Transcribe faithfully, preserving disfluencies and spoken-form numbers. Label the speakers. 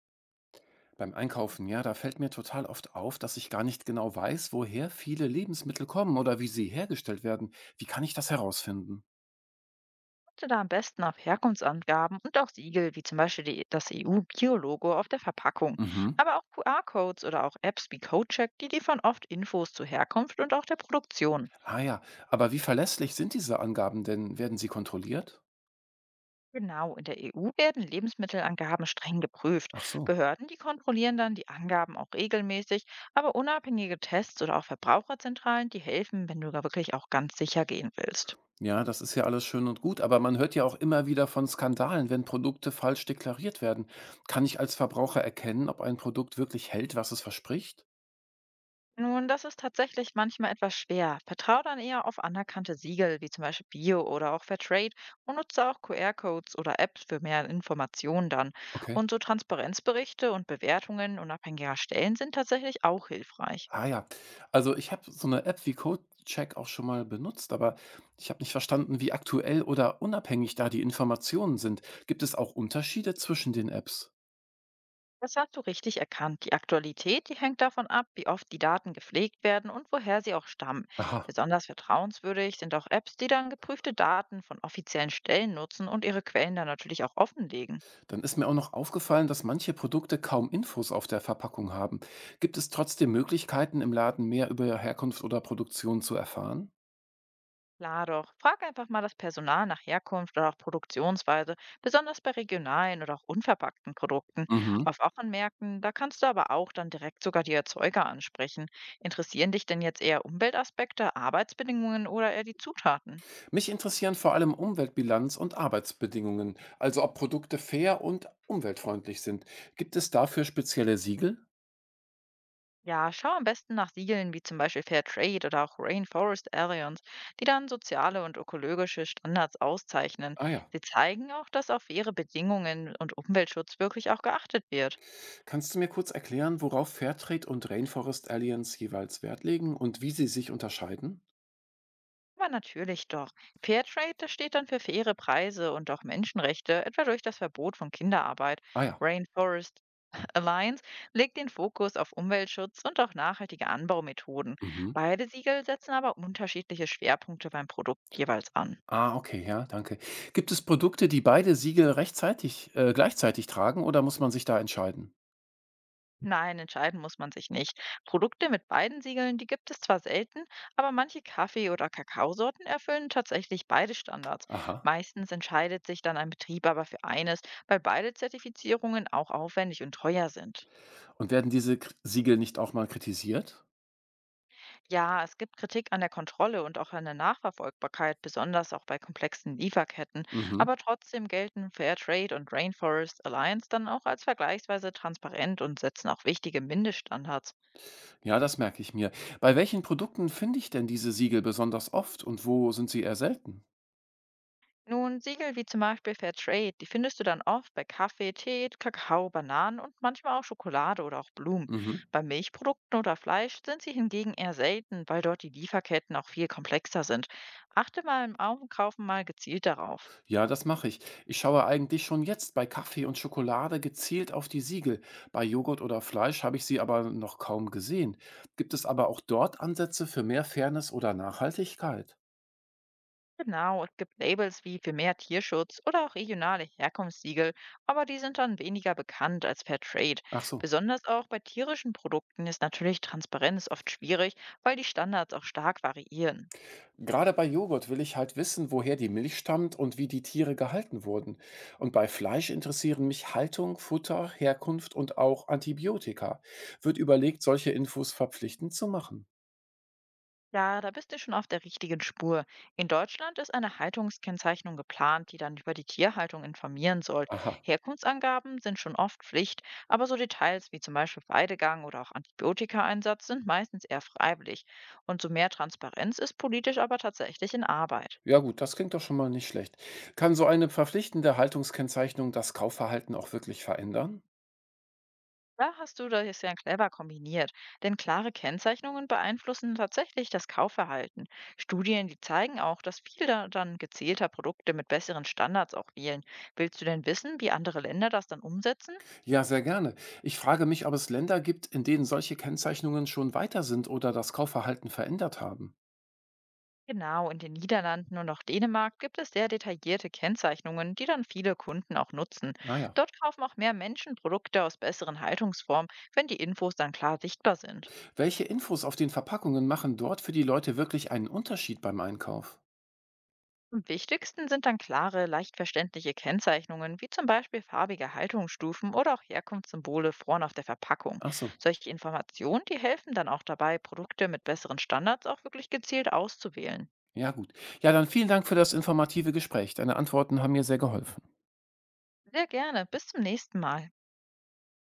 Speaker 1: Beim Einkaufen, ja, da fällt mir total oft auf, dass ich gar nicht genau weiß, woher viele Lebensmittel kommen oder wie sie hergestellt werden. Wie kann ich das herausfinden?
Speaker 2: Achte da am besten auf Herkunftsangaben und auch Siegel, wie zum Beispiel die, das E U-Bio-Logo auf der Verpackung,
Speaker 1: Mhm.
Speaker 2: aber auch Q R-Codes oder auch Apps wie CodeCheck, die liefern oft Infos zur Herkunft und auch der Produktion.
Speaker 1: Ah ja, aber wie verlässlich sind diese Angaben denn? Werden sie kontrolliert?
Speaker 2: Genau, in der E U werden Lebensmittelangaben streng geprüft.
Speaker 1: Ach so.
Speaker 2: Behörden, die kontrollieren dann die Angaben auch regelmäßig, aber unabhängige Tests oder auch Verbraucherzentralen, die helfen, wenn du da wirklich auch ganz sicher gehen willst.
Speaker 1: Ja, das ist ja alles schön und gut, aber man hört ja auch immer wieder von Skandalen, wenn Produkte falsch deklariert werden. Kann ich als Verbraucher erkennen, ob ein Produkt wirklich hält, was es verspricht?
Speaker 2: Nun, das ist tatsächlich manchmal etwas schwer. Vertraue dann eher auf anerkannte Siegel wie zum Beispiel Bio oder auch Fairtrade und nutze auch Q R-Codes oder Apps für mehr Informationen dann.
Speaker 1: Okay.
Speaker 2: Und so Transparenzberichte und Bewertungen unabhängiger Stellen sind tatsächlich auch hilfreich.
Speaker 1: Ah ja. Also, ich habe so eine App wie CodeCheck auch schon mal benutzt, aber ich habe nicht verstanden, wie aktuell oder unabhängig da die Informationen sind. Gibt es auch Unterschiede zwischen den Apps?
Speaker 2: Das hast du richtig erkannt. Die Aktualität, die hängt davon ab, wie oft die Daten gepflegt werden und woher sie auch stammen.
Speaker 1: Aha,
Speaker 2: Besonders vertrauenswürdig sind auch Apps, die dann geprüfte Daten von offiziellen Stellen nutzen und ihre Quellen dann natürlich auch offenlegen.
Speaker 1: dann ist mir auch noch aufgefallen, dass manche Produkte kaum Infos auf der Verpackung haben. Gibt es trotzdem Möglichkeiten, im Laden mehr über Herkunft oder Produktion zu erfahren?
Speaker 2: Klar doch. Frag einfach mal das Personal nach Herkunft oder auch Produktionsweise, besonders bei regionalen oder auch unverpackten Produkten.
Speaker 1: Mhm.
Speaker 2: Auf Wochenmärkten, da kannst du aber auch dann direkt sogar die Erzeuger ansprechen. Interessieren dich denn jetzt eher Umweltaspekte, Arbeitsbedingungen oder eher die Zutaten?
Speaker 1: Mich interessieren vor allem Umweltbilanz und Arbeitsbedingungen, also ob Produkte fair und umweltfreundlich sind. Gibt es dafür spezielle Siegel?
Speaker 2: Ja, schau am besten nach Siegeln wie zum Beispiel Fair Trade oder auch Rainforest Alliance, die dann soziale und ökologische Standards auszeichnen.
Speaker 1: Ah ja.
Speaker 2: Sie zeigen auch, dass auf faire Bedingungen und Umweltschutz wirklich auch geachtet wird.
Speaker 1: Kannst du mir kurz erklären, worauf Fairtrade und Rainforest Alliance jeweils Wert legen und wie sie sich unterscheiden?
Speaker 2: Aber natürlich doch. Fairtrade, das steht dann für faire Preise und auch Menschenrechte, etwa durch das Verbot von Kinderarbeit.
Speaker 1: Ah ja.
Speaker 2: Rainforest Alliance legt den Fokus auf Umweltschutz und auch nachhaltige Anbaumethoden.
Speaker 1: Mhm.
Speaker 2: Beide Siegel setzen aber unterschiedliche Schwerpunkte beim Produkt jeweils an.
Speaker 1: Ah, okay, ja, danke. Gibt es Produkte, die beide Siegel rechtzeitig, äh, gleichzeitig tragen oder muss man sich da entscheiden?
Speaker 2: Nein, entscheiden muss man sich nicht. Produkte mit beiden Siegeln, die gibt es zwar selten, aber manche Kaffee- oder Kakaosorten erfüllen tatsächlich beide Standards.
Speaker 1: Aha.
Speaker 2: Meistens entscheidet sich dann ein Betrieb aber für eines, weil beide Zertifizierungen auch aufwendig und teuer sind.
Speaker 1: Und werden diese K Siegel nicht auch mal kritisiert?
Speaker 2: Ja, es gibt Kritik an der Kontrolle und auch an der Nachverfolgbarkeit, besonders auch bei komplexen Lieferketten,
Speaker 1: Mhm.
Speaker 2: aber trotzdem gelten Fairtrade und Rainforest Alliance dann auch als vergleichsweise transparent und setzen auch wichtige Mindeststandards.
Speaker 1: Ja, das merke ich mir. Bei welchen Produkten finde ich denn diese Siegel besonders oft und wo sind sie eher selten?
Speaker 2: Nun, Siegel wie zum Beispiel Fairtrade, die findest du dann oft bei Kaffee, Tee, Kakao, Bananen und manchmal auch Schokolade oder auch Blumen.
Speaker 1: Mhm.
Speaker 2: Bei Milchprodukten oder Fleisch sind sie hingegen eher selten, weil dort die Lieferketten auch viel komplexer sind. Achte mal im Einkaufen mal gezielt darauf.
Speaker 1: Ja, das mache ich. Ich schaue eigentlich schon jetzt bei Kaffee und Schokolade gezielt auf die Siegel. Bei Joghurt oder Fleisch habe ich sie aber noch kaum gesehen. Gibt es aber auch dort Ansätze für mehr Fairness oder Nachhaltigkeit?
Speaker 2: Genau, es gibt Labels wie für mehr Tierschutz oder auch regionale Herkunftssiegel, aber die sind dann weniger bekannt als Fairtrade.
Speaker 1: Ach so.
Speaker 2: Besonders auch bei tierischen Produkten ist natürlich Transparenz oft schwierig, weil die Standards auch stark variieren.
Speaker 1: Gerade bei Joghurt will ich halt wissen, woher die Milch stammt und wie die Tiere gehalten wurden. Und bei Fleisch interessieren mich Haltung, Futter, Herkunft und auch Antibiotika. Wird überlegt, solche Infos verpflichtend zu machen.
Speaker 2: Ja, da bist du schon auf der richtigen Spur. In Deutschland ist eine Haltungskennzeichnung geplant, die dann über die Tierhaltung informieren soll.
Speaker 1: Aha.
Speaker 2: Herkunftsangaben sind schon oft Pflicht, aber so Details wie zum Beispiel Weidegang oder auch Antibiotikaeinsatz sind meistens eher freiwillig. Und so mehr Transparenz ist politisch aber tatsächlich in Arbeit.
Speaker 1: Ja gut, das klingt doch schon mal nicht schlecht. Kann so eine verpflichtende Haltungskennzeichnung das Kaufverhalten auch wirklich verändern?
Speaker 2: Da hast du das ja clever kombiniert, denn klare Kennzeichnungen beeinflussen tatsächlich das Kaufverhalten. Studien, die zeigen auch, dass viele da dann gezielter Produkte mit besseren Standards auch wählen. Willst du denn wissen, wie andere Länder das dann umsetzen?
Speaker 1: Ja, sehr gerne. Ich frage mich, ob es Länder gibt, in denen solche Kennzeichnungen schon weiter sind oder das Kaufverhalten verändert haben.
Speaker 2: Genau, in den Niederlanden und auch Dänemark gibt es sehr detaillierte Kennzeichnungen, die dann viele Kunden auch nutzen.
Speaker 1: Ah ja.
Speaker 2: Dort kaufen auch mehr Menschen Produkte aus besseren Haltungsformen, wenn die Infos dann klar sichtbar sind.
Speaker 1: Welche Infos auf den Verpackungen machen dort für die Leute wirklich einen Unterschied beim Einkauf?
Speaker 2: Am wichtigsten sind dann klare, leicht verständliche Kennzeichnungen, wie zum Beispiel farbige Haltungsstufen oder auch Herkunftssymbole vorn auf der Verpackung.
Speaker 1: Ach so.
Speaker 2: Solche Informationen, die helfen dann auch dabei, Produkte mit besseren Standards auch wirklich gezielt auszuwählen.
Speaker 1: Ja gut. Ja, dann vielen Dank für das informative Gespräch. Deine Antworten haben mir sehr geholfen.
Speaker 2: Sehr gerne. Bis zum nächsten Mal.